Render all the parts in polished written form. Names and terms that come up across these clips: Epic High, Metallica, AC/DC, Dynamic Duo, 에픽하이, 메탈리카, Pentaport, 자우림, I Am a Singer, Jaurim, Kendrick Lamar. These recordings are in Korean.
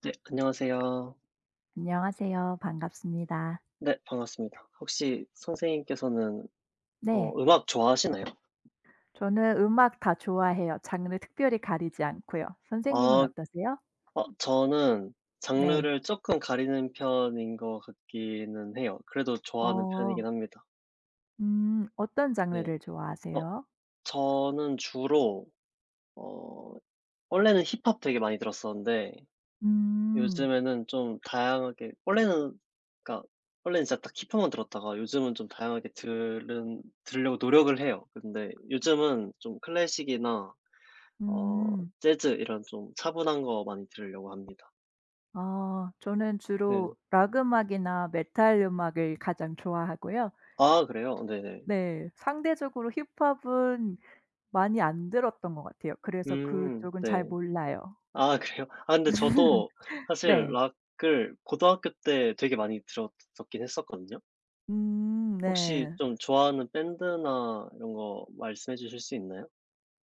네, 안녕하세요. 안녕하세요. 반갑습니다. 네, 반갑습니다. 혹시 선생님께서는 네. 음악 좋아하시나요? 저는 음악 다 좋아해요. 장르 특별히 가리지 않고요. 아. 선생님은 어떠세요? 저는 네. 장르를 조금 가리는 편인 것 같기는 해요. 그래도 좋아하는 어. 편이긴 합니다. 음. 어떤 네. 장르를 어 좋아하세요? 저는 주로 어 원래는 힙합 되게 많이 들었었는데 음. 요즘에는 좀 다양하게. 원래는, 그러니까 원래는 진짜 딱 힙합만 들었다가 요즘은 좀 다양하게 들은 들으려고 노력을 해요. 근데 요즘은 좀 클래식이나 어 음. 재즈 이런 좀 차분한 거 많이 들으려고 합니다. 어. 저는 네. 주로 락 음악이나 메탈 음악을 가장 좋아하고요. 아, 그래요? 네네. 네. 상대적으로 힙합은 많이 안 들었던 것 같아요. 그래서 음, 그쪽은 잘 네. 몰라요. 아 그래요? 아 근데 저도 사실 네. 락을 고등학교 때 되게 많이 들었었긴 했었거든요. 음. 혹시 네. 좀 좋아하는 밴드나 이런 거 말씀해 주실 수 있나요?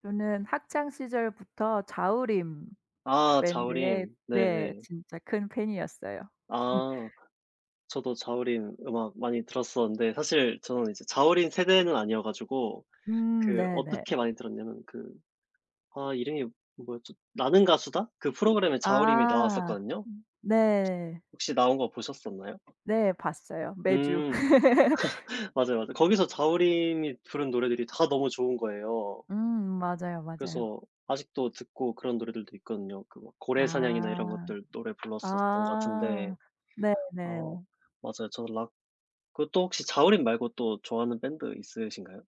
저는 학창 시절부터 자우림 아, 밴드의 자우림. 네 네네. 진짜 큰 팬이었어요. 아, 저도 자우림 음악 많이 들었었는데 사실 저는 이제 자우림 세대는 아니어 가지고, 그 네네. 어떻게 많이 들었냐면, 그 아 이름이 뭐였죠? 나는 가수다? 그 프로그램에 자우림이 아. 나왔었거든요. 네. 혹시 나온 거 보셨었나요? 네 봤어요. 매주. 음. 맞아요, 맞아요. 거기서 자우림이 부른 노래들이 다 너무 좋은 거예요. 음 맞아요, 맞아요. 그래서 아직도 듣고 그런 노래들도 있거든요. 그 막 고래사냥이나 이런 아. 것들 노래 불렀었던 것 같은데. 아. 어 네네. 맞아요. 저 락, 그또 혹시 자우림 말고 또 좋아하는 밴드 있으신가요?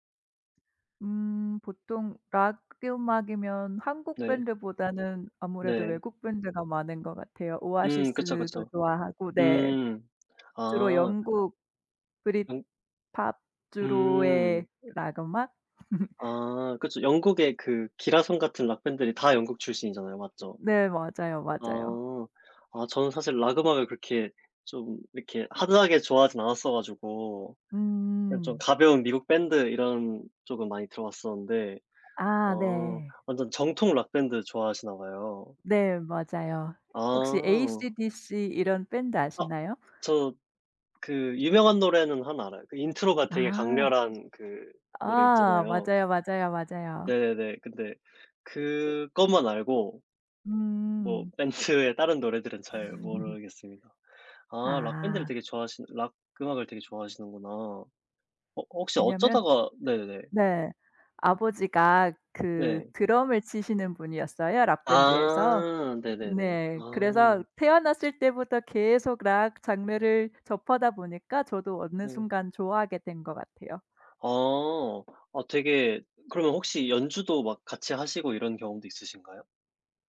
보통 락 음악이면 한국 네. 밴드보다는 아무래도 네. 외국 밴드가 많은 것 같아요. 음, 그쵸, 오아시스도 그쵸. 좋아하고 네. 음. 주로 아. 영국 브릿팝 음. 주로의 음. 락 음악? 아, 그쵸. 영국의 그 기라성 같은 락 밴드들이 다 영국 출신이잖아요, 맞죠? 네 맞아요, 맞아요. 아. 아 저는 사실 락 음악을 그렇게 좀 이렇게 하드하게 좋아하진 않았어 가지고, 그냥 좀 음. 가벼운 미국 밴드 이런 쪽은 많이 들어봤었는데. 아 아, 네. 완전 정통 락 밴드 좋아하시나 봐요. 네 맞아요. 혹시 아. AC/DC 이런 밴드 아 아시나요? 저, 그 유명한 노래는 하나 알아요. 그 인트로가 되게 아. 강렬한 그 노래 아 있잖아요. 맞아요, 맞아요, 맞아요. 네네네. 근데 그것만 알고, 뭐 음. 밴드의 다른 노래들은 잘 모르겠습니다. 아 락 밴드를 아 되게 좋아하시는, 락 음악을 되게 좋아하시는구나. 혹시 왜냐면 어쩌다가. 네네네. 네. 아버지가 그 네. 드럼을 치시는 분이었어요, 락 밴드에서. 아 네네네. 네. 아. 그래서 태어났을 때부터 계속 락 장르를 접하다 보니까 저도 어느 네. 순간 좋아하게 된 것 같아요. 아. 아 되게, 그러면 혹시 연주도 막 같이 하시고 이런 경험도 있으신가요?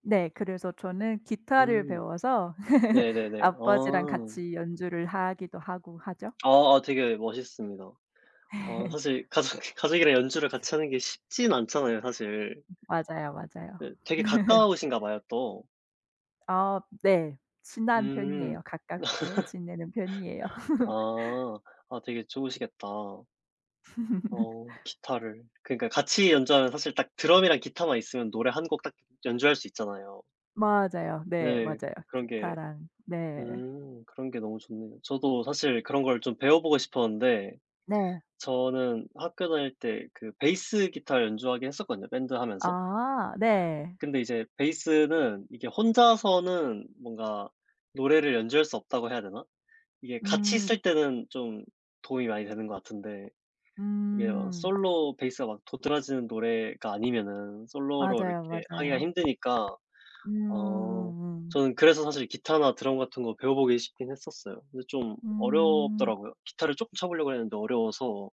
네. 그래서 저는 기타를 음. 배워서 네네네. 아버지랑 아. 같이 연주를 하기도 하고 하죠. 아. 아 되게 멋있습니다. 사실 가족, 가족이랑 연주를 같이 하는 게 쉽진 않잖아요 사실. 맞아요, 맞아요. 네 되게 가까우신가 봐요 또. 아 네. 친한 편이에요. 음. 가깝게 지내는 편이에요. 아. 아 되게 좋으시겠다. 기타를. 그러니까 같이 연주하면 사실 딱 드럼이랑 기타만 있으면 노래 한 곡 딱 연주할 수 있잖아요. 맞아요. 네. 네. 맞아요. 그런 게, 기타랑 네. 그런 게 너무 좋네요. 저도 사실 그런 걸 좀 배워 보고 싶었는데, 네. 저는 학교 다닐 때 그 베이스 기타 연주하긴 했었거든요, 밴드 하면서. 아 네. 근데 이제 베이스는 이게 혼자서는 뭔가 노래를 연주할 수 없다고 해야 되나? 이게 같이 음. 있을 때는 좀 도움이 많이 되는 것 같은데 이게요, 음. 솔로 베이스가 막 도드라지는 노래가 아니면은 솔로로 맞아요, 이렇게 하기가 맞아요. 힘드니까. 어 음. 저는 그래서 사실 기타나 드럼 같은 거 배워보기 싶긴 했었어요. 근데 좀 음. 음, 어렵더라고요. 기타를 쪼끔 쳐 보려고 했는데 어려워서.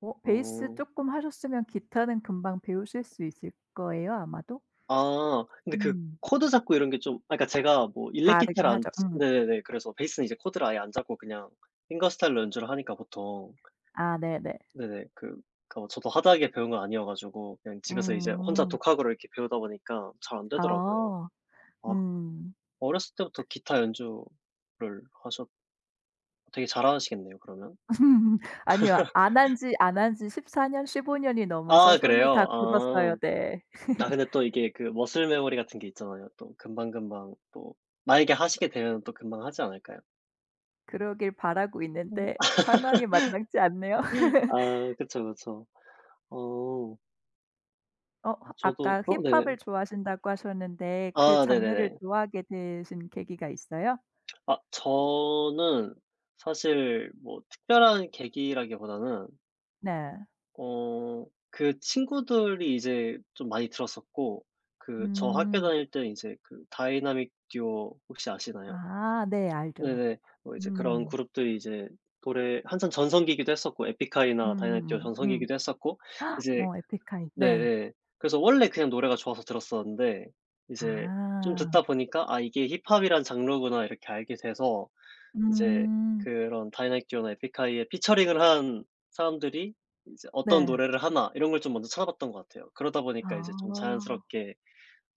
어 베이스 어 조금 하셨으면 기타는 금방 배우실 수 있을 거예요, 아마도? 아 근데 그 음. 코드 잡고 이런 게 좀, 아 그러니까 제가 뭐 일렉 기타를 다르긴 안 하죠. 치, 음. 네네네. 그래서 베이스는 이제 코드를 아예 안 잡고 그냥 핑거스타일로 연주를 하니까 보통. 아 네네. 네네. 그, 그러니까 뭐 저도 하드하게 배운 건 아니어 가지고 그냥 집에서 이제 혼자 음. 독학으로 이렇게 배우다 보니까 잘 안 되더라고요. 아. 아 음. 어렸을 때부터 기타 연주를 하셨, 되게 잘하시겠네요 그러면? 아니요. 안 한지 14년 년, 15년 년이 넘어서 아 손이 다 그래요? 굳었어요. 아. 네. 아 근데 또 이게 그 머슬 메모리 같은 게 있잖아요. 또 금방금방 또, 만약에 하시게 되면 또 금방 하지 않을까요? 그러길 바라고 음. 있는데 상황이 마땅치 않네요. 아, 그쵸, 그쵸. 어. 어 아 허 저도. 아까 네네. 힙합을 좋아하신다고 하셨는데 그 아 장르를 네네네. 좋아하게 되신 계기가 있어요? 아 저는 사실 뭐 특별한 계기라기보다는, 네. 어 그 친구들이 이제 좀 많이 들었었고, 그 저 학교 음. 다닐 때 이제 그 다이나믹 듀오 혹시 아시나요? 아 네 알죠. 네네. 뭐 이제 그런 음. 그룹들이 이제 노래 한참 전성기기도 했었고, 에픽하이나 다이나믹 듀오 전 음. 성기 기도 했었고 이제, 어 에픽하이. 네 네. 네 그래서 원래 그냥 노래가 좋아서 들었었는데 이제 좀 듣다 아. 보니까 '아 이게 힙합이란 장르구나.' 이렇게 알게 돼서 이제 음. 그런 다이나믹 듀오나 에픽하이에 피처링을 한 사람들이 이제 어떤 네. 노래를 하나 이런 걸 좀 먼저 찾아봤던 것 같아요. 그러다 보니까 이제 좀 아. 자연스럽게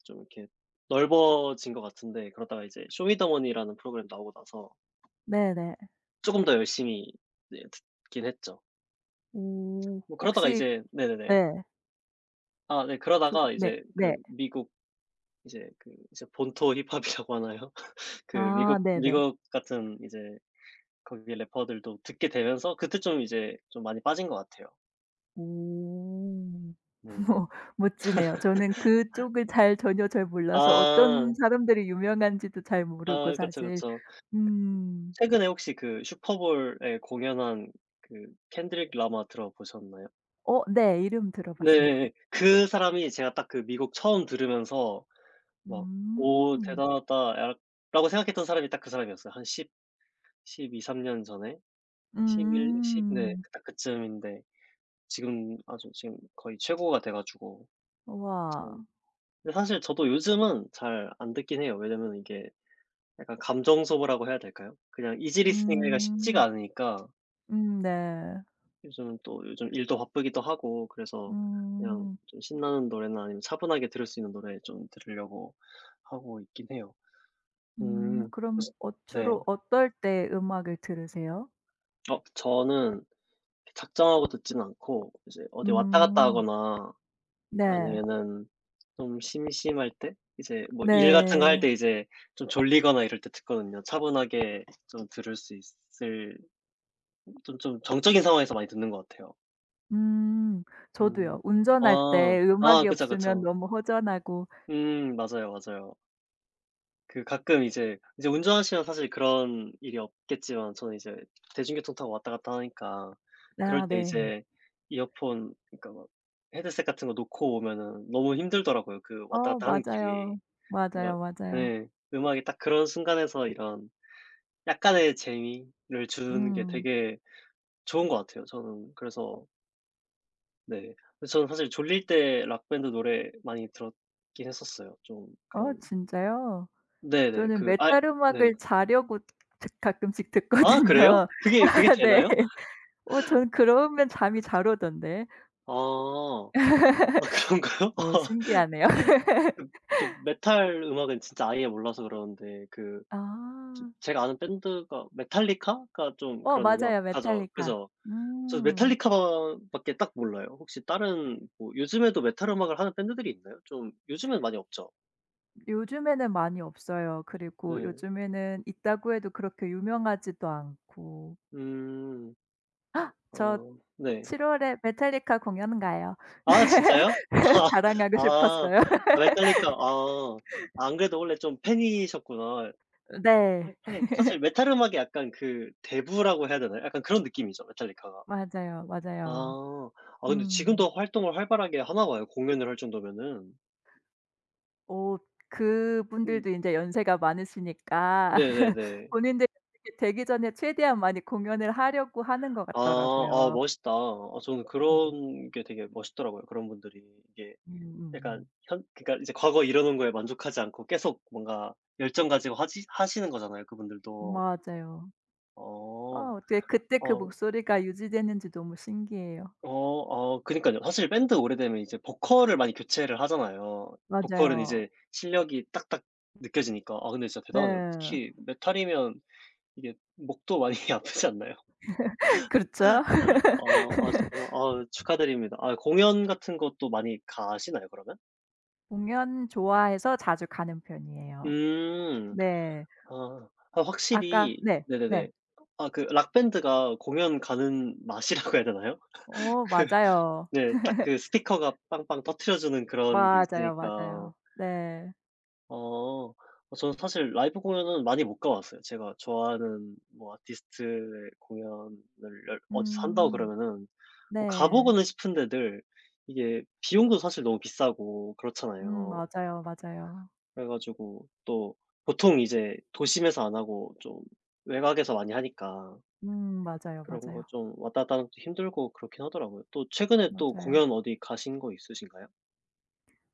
좀 이렇게 넓어진 것 같은데, 그러다가 이제 쇼미더머니라는 프로그램 나오고 나서 네네. 쪼금 더 열심히, 네, 듣긴 했죠. 오. 뭐 그러다가 혹시 이제 네네네. 네. 아 네 조 그러다가 네 이제 네. 그 미국 이제 그, 이제 본토 힙합이라고 하나요? 그 아 미국, 네네. 미국 같은 이제 거기 래퍼들도 듣게 되면서 그때 좀 이제 좀 많이 빠진 것 같아요. 오. 네. 어 멋지네요. 저는 그쪽을 잘 전혀 잘 몰라서 아. 어떤 사람들이 유명한지도 잘 모르고 아 그쵸, 사실 그쵸. 음. 최근에 혹시 그 슈퍼볼에 공연한 그 켄드릭 라마 들어보셨나요? 어 네. 이름 들어봤어요. 네. 그 사람이 제가 딱 그 미국 처음 들으면서 막 '오 음. 대단하다.' 약, 라고 생각했던 사람이 딱 그 사람이었어요. 한 10 12-13년 전에. 11 10 네. 음. 그 딱 그쯤인데 지금 아주 지금 거의 최고가 돼 가지고 우와. 참. 근데 사실 저도 요즘은 잘 안 듣긴 해요. 왜냐면 이게 약간 감정 소모라고 해야 될까요? 그냥 이지 리스닝 하기가 쉽지가 음. 않으니까. 네. 요즘 또 요즘 일도 바쁘기도 하고 그래서 그냥 음. 좀 신나는 노래나 아니면 차분하게 들을 수 있는 노래 좀 들으려고 하고 있긴 해요. 음. 그럼 그래서 어 네. 주로 어떨 때 음악을 들으세요? 저는 작정하고 듣진 않고 이제 어디 왔다 갔다 음. 하거나 네. 아니면은 좀 심심할 때 이제 뭐 일 같은 거 할 네. 때 이제 좀 졸리거나 이럴 때 듣거든요. 차분하게 좀 들을 수 있을, 좀 좀 정적인 상황에서 많이 듣는 것 같아요. 음. 저도요. 음. 운전할 아. 때 아 음악이 그쵸, 없으면 그쵸. 너무 허전하고 맞아요, 맞아요. 그 가끔 이제 이제 운전하시면 사실 그런 일이 없겠지만, 저는 이제 대중교통 타고 왔다 갔다 하니까 아 그럴 때 네. 이제 이어폰, 그러니까 막 헤드셋 같은 거 놓고 오면은 너무 힘들더라고요, 그 왔다 어 갔다 하는 길이. 맞아요. 뭔가, 맞아요, 맞아요. 네, 음악이 딱 그런 순간에서 이런 약간의 재미를 주는 게 음. 되게 좋은 것 같아요. 저는 그래서 네. 근데 저는 사실 졸릴 때 락 밴드 노래 많이 들었긴 했었어요. 좀 어 그런, 진짜요? 네네. 저는 그, 아 메탈 네. 음악을 자려고 드 가끔씩 아 그래요? 듣거든요. 그게 그게 네. 되나요? 어 전 그러면 잠이 잘 오던데. 아. 아 그런가요? 어 아, 신기하네요. 그저 메탈 음악은 진짜 아예 몰라서 그러는데 그 제 아. 제가 아는 밴드가 메탈리카가 좀 어 그런 맞아요. 음악하죠, 메탈리카. 그죠. 저 음. 메탈리카 만 밖에 딱 몰라요. 혹시 다른 뭐 요즘에도 메탈 음악을 하는 밴드들이 있나요? 좀 요즘엔 많이 없죠. 요즘에는 많이 없어요. 그리고 네. 요즘에는 있다고 해도 그렇게 유명하지도 않고. 음. 아 저 네. 7월 월에 메탈리카 공연 가요. 아 진짜요? 자랑하고 아. 싶었어요. 아 메탈리카. 아. 안 그래도 원래 좀 팬이셨구나. 네. 하 하긴 사실 메탈 악이 약간 그 대부라고 해야 되나요? 약간 그런 느낌이죠 메탈리카가. 맞아요, 맞아요. 아. 아 근데 음. 지금도 활동을 활발하게 하나 봐요, 공연을 할 정도면은. 어 음 그분들도 인제 연세가 많으시니까 네네네. 본인들이 그렇게 되기 전에 최대한 많이 공연을 하려고 하는 것 아. 아 같더라고요. 멋있다. 아 저는 음. 그런 게 되게 멋있더라고요. 그런 분들이 이게 약간 음음음. 현, 그러니까 이제 과거 이러 놓은 거에 만족하지 않고 계속 뭔가 열정 가지고 하지 하시는 거잖아요 그분들도. 맞아요. 아 어. 어떻게 그때 그 어. 목소리가 유지되는지 너무 신기해요. 그니까요 사실 밴드 오래되면 이제 보컬을 많이 교체를 하잖아요. 보컬은 맞아요. 이제 실력이 딱딱 느껴지니까. 아 근데 진짜 대단하네요. 네. 특히 메탈이면 이게 목도 많이 아프지 않나요? 그렇죠. 아 저-, 아 축하드립니다. 아 공연 같은 것도 많이 가시나요 그러면? 공연 좋아해서 자주 가는 편이에요. 음. 네. 아. 아 아까 확실히. 네. 네. 네네네. 아 그 락 밴드가 공연 가는 맛이라고 해야 되나요? 어 그 맞아요. 네, 딱 그 스피커가 빵빵 터트려 주는 그런 게 맞아요, 있으니까. 맞아요. 네. 어. 저는 사실 라이브 공연은 많이 못 가 봤어요. 제가 좋아하는 뭐 아티스트의 공연을 열, 어디서 한다고 음. 그러면은 뭐 가 네. 보고는 싶은데 늘 이게 비용도 사실 너무 비싸고 그렇잖아요. 맞아요, 맞아요. 그래 가지고 또 보통 이제 도심에서 안 하고 좀 외곽에서 많이 하니까 맞아요, 그런 거 맞아요. 좀 왔다 갔다 하는 것도 힘들고 그렇긴 하더라고요. 또 최근에 또 맞아요. 공연 어디 가신 거 있으신가요?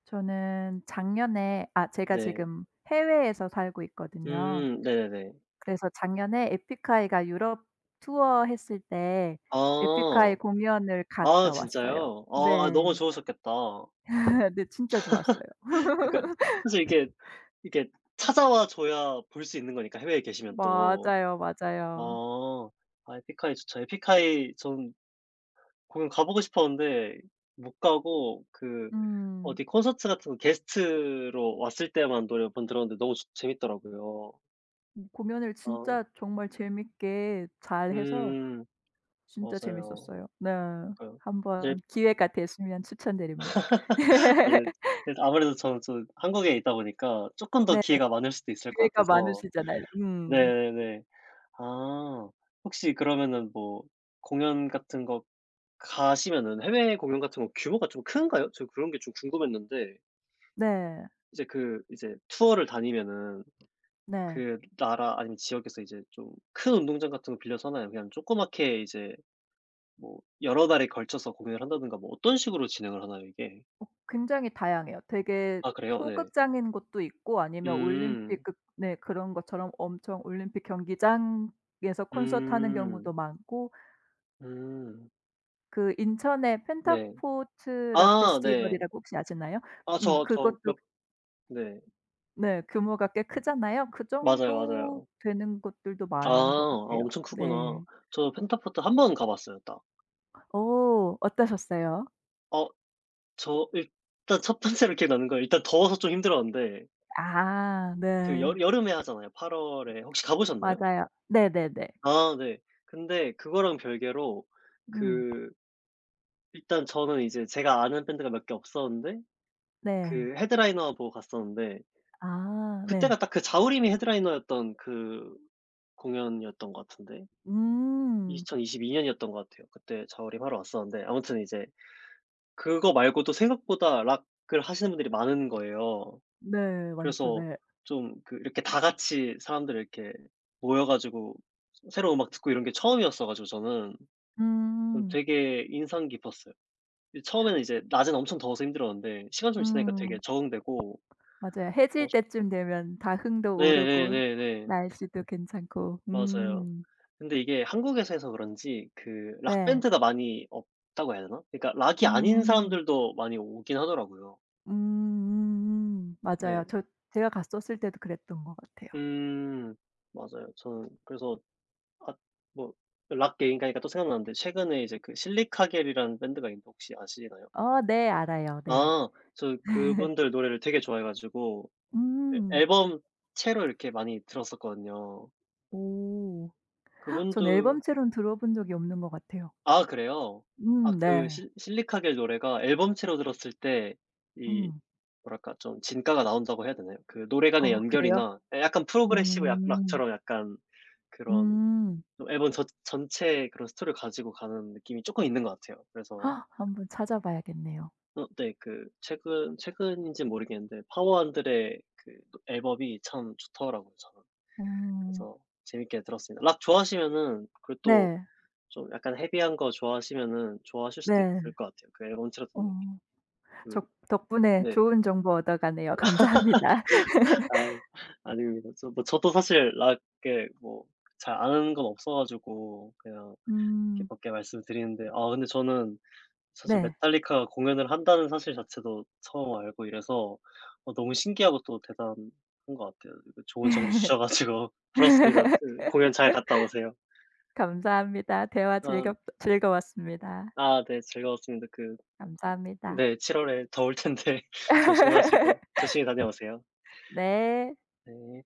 저는 작년에 아 제가 네. 지금 해외에서 살고 있거든요. 네네네. 그래서 작년에 에픽하이가 유럽 투어 했을 때 아. 에픽하이 공연을 아 갔다 왔어요. 진짜요? 어 아아 네. 너무 좋으셨겠다. 네 진짜 좋았어요. 그러니까 사실 이게, 이게 찾아와 줘야 볼 수 있는 거니까 해외에 계시면 또. 맞아요, 맞아요. 어. 아아 에픽하이 좋죠. 에픽하이 전 공연 가보고 싶었는데 못 가고, 그 음. 어디 콘서트 같은 거 게스트로 왔을 때만 노래 몇 번 들었는데 너무 재 재밌더라고요. 공연을 어. 진짜 정말 재밌게 잘해서 음. 진짜 맞아요. 재밌었어요. 네. 그러니까요. 이제 한번 기회가 되시면 추천드립니다. 그, 네 아무래도 저는 좀 한국에 있다 보니까 쪼끔 더 네. 기회가 많을 수도 있을 것 기회가 같아서. 많으시잖아요. 음. 네네네. 아. 혹시 그러면은 뭐 공연 같은 거 가시면은 해외 공연 같은 거 규모가 좀 큰가요? 저 그런 게 좀 궁금했는데 네. 이제 그 이제 투어를 다니면은 네. 그 나라 아니면 지역에서 이제 좀 큰 운동장 같은 거 빌려서 하나요? 그냥 조그맣게 이제 뭐 여러 달에 걸쳐서 공연을 한다든가, 뭐 어떤 식으로 진행을 하나요 이게? 어 굉장히 다양해요. 되게 아 그래요? 네. 소극장인 곳도 있고 아니면 올림픽 음. 그 네 그런 것처럼 엄청 올림픽 경기장에서 콘서트 하는 경우도 음. 많고 음. 그 인천의 네. 펜타포트 락 아 네. 페스티벌이라고 혹시 아시나요? 아 저 저 그것도 몇, 네. 네. 규모가 꽤 크잖아요. 그 맞아요, 정도 맞아요. 되는 곳들도 아. 많은 것 아 같아요. 엄청 크구나. 네. 저 펜타포트 한 번 가 봤어요 딱. 어 어떠셨어요? 어 저 일단 첫 번째로 기억나는 건 일단 더워서 좀 힘들었는데, 아 그 여 네. 여름에 하잖아요, 8월 월에. 혹시 가 보셨나요? 맞아요. 네네네. 아 네. 근데 그거랑 별개로 음. 그 일단 저는 이제 제가 아는 밴드가 몇 개 없었는데 네. 그 헤드라이너 보고 갔었는데, 아 네. 그때가 딱 그 자우림이 헤드라이너였던 그 공연이었던 것 같은데 음. 2022 년이었던 것 같아요. 그때 자우림 하러 왔었는데 아무튼 이제 그거 말고도 생각보다 락을 하시는 분들이 많은 거예요. 네. 많죠. 그래서 네. 좀 그 이렇게 다 같이 사람들 이렇게 모여 가지고 새로운 음악 듣고 이런 게 처음이었어 가지고 저는 음. 되게 인상 깊었어요. 이 처음에는 이제 낮에는 엄청 더워서 힘들었는데 시간 좀 지나니까 되게 음. 적응되고 맞아요. 뭐. 해질 때쯤 되면 다 흥도 오르고 네네네네. 날씨도 괜찮고. 맞아요. 음. 근데 이게 한국에서 해서 그런지 그 락 네. 밴드가 많이 없다고 해야 되나? 그러니까 락이 아닌 음. 사람들도 많이 오긴 하더라고요. 맞아요. 네. 저 제가 갔었을 때도 그랬던 것 같아요. 음. 맞아요. 저는 그래서 아 뭐 락 얘기하니까 또 생각나는데, 최근에 이제 그 실리카겔이라는 밴드가 있는데 혹시 아시나요? 어 네. 알아요. 네. 아. 저 그분들 노래를 되게 좋아해 가지고 예 음. 앨범 채로 이렇게 많이 들었었거든요. 오. 그분도. 전 앨범채로는 들어 본 적이 없는 것 같아요. 아 그래요? 아 그 네. 실리카겔 노래가 앨범체로 들었을 때 이 음. 뭐랄까 좀 진가가 나온다고 해야 되나요? 그 노래 간의 어 그래요? 연결이나 예 약간 프로그레시브 약 음. 락처럼 약간 그런 음. 좀 앨범 저 전체의 그런 스토리를 가지고 가는 느낌이 조금 있는 것 같아요. 그래서 한번 찾아봐야겠네요. 네, 그 최근, 최근인지는 모르겠는데 파워한들의 그 앨범이 참 좋더라고요 저는. 어. 그래서 재밌게 들었습니다. 락 좋아하시면은, 그리고 또 네. 좀 약간 헤비한 거 좋아하시면은 좋아하실 수도 있을 네. 것 같아요 그 앨범 틀어 어. 듣는 게. 그, 적 덕분에 네. 좋은 정보 얻어가네요. 감사합니다. 아 아닙니다. 저 뭐 저도 사실 락에 뭐 잘 아는 건 없어 가지고 그냥 이렇게 음. 몇 개 말씀드리는데, 아 근데 저는 사실 네. 메탈리카가 공연을 한다는 사실 자체도 처음 알고 이래서 너무 신기하고 또 대단한 것 같아요. 이거 좋은 정보 주셔 가지고 부럽습니다. 그 공연 잘 갔다 오세요. 감사합니다. 대화 아. 즐겁 즐거웠습니다. 아 네 즐거웠습니다. 그 감사합니다. 네 7월 월에 더울 텐데 조심하시고 조심히 다녀오세요. 네. 네.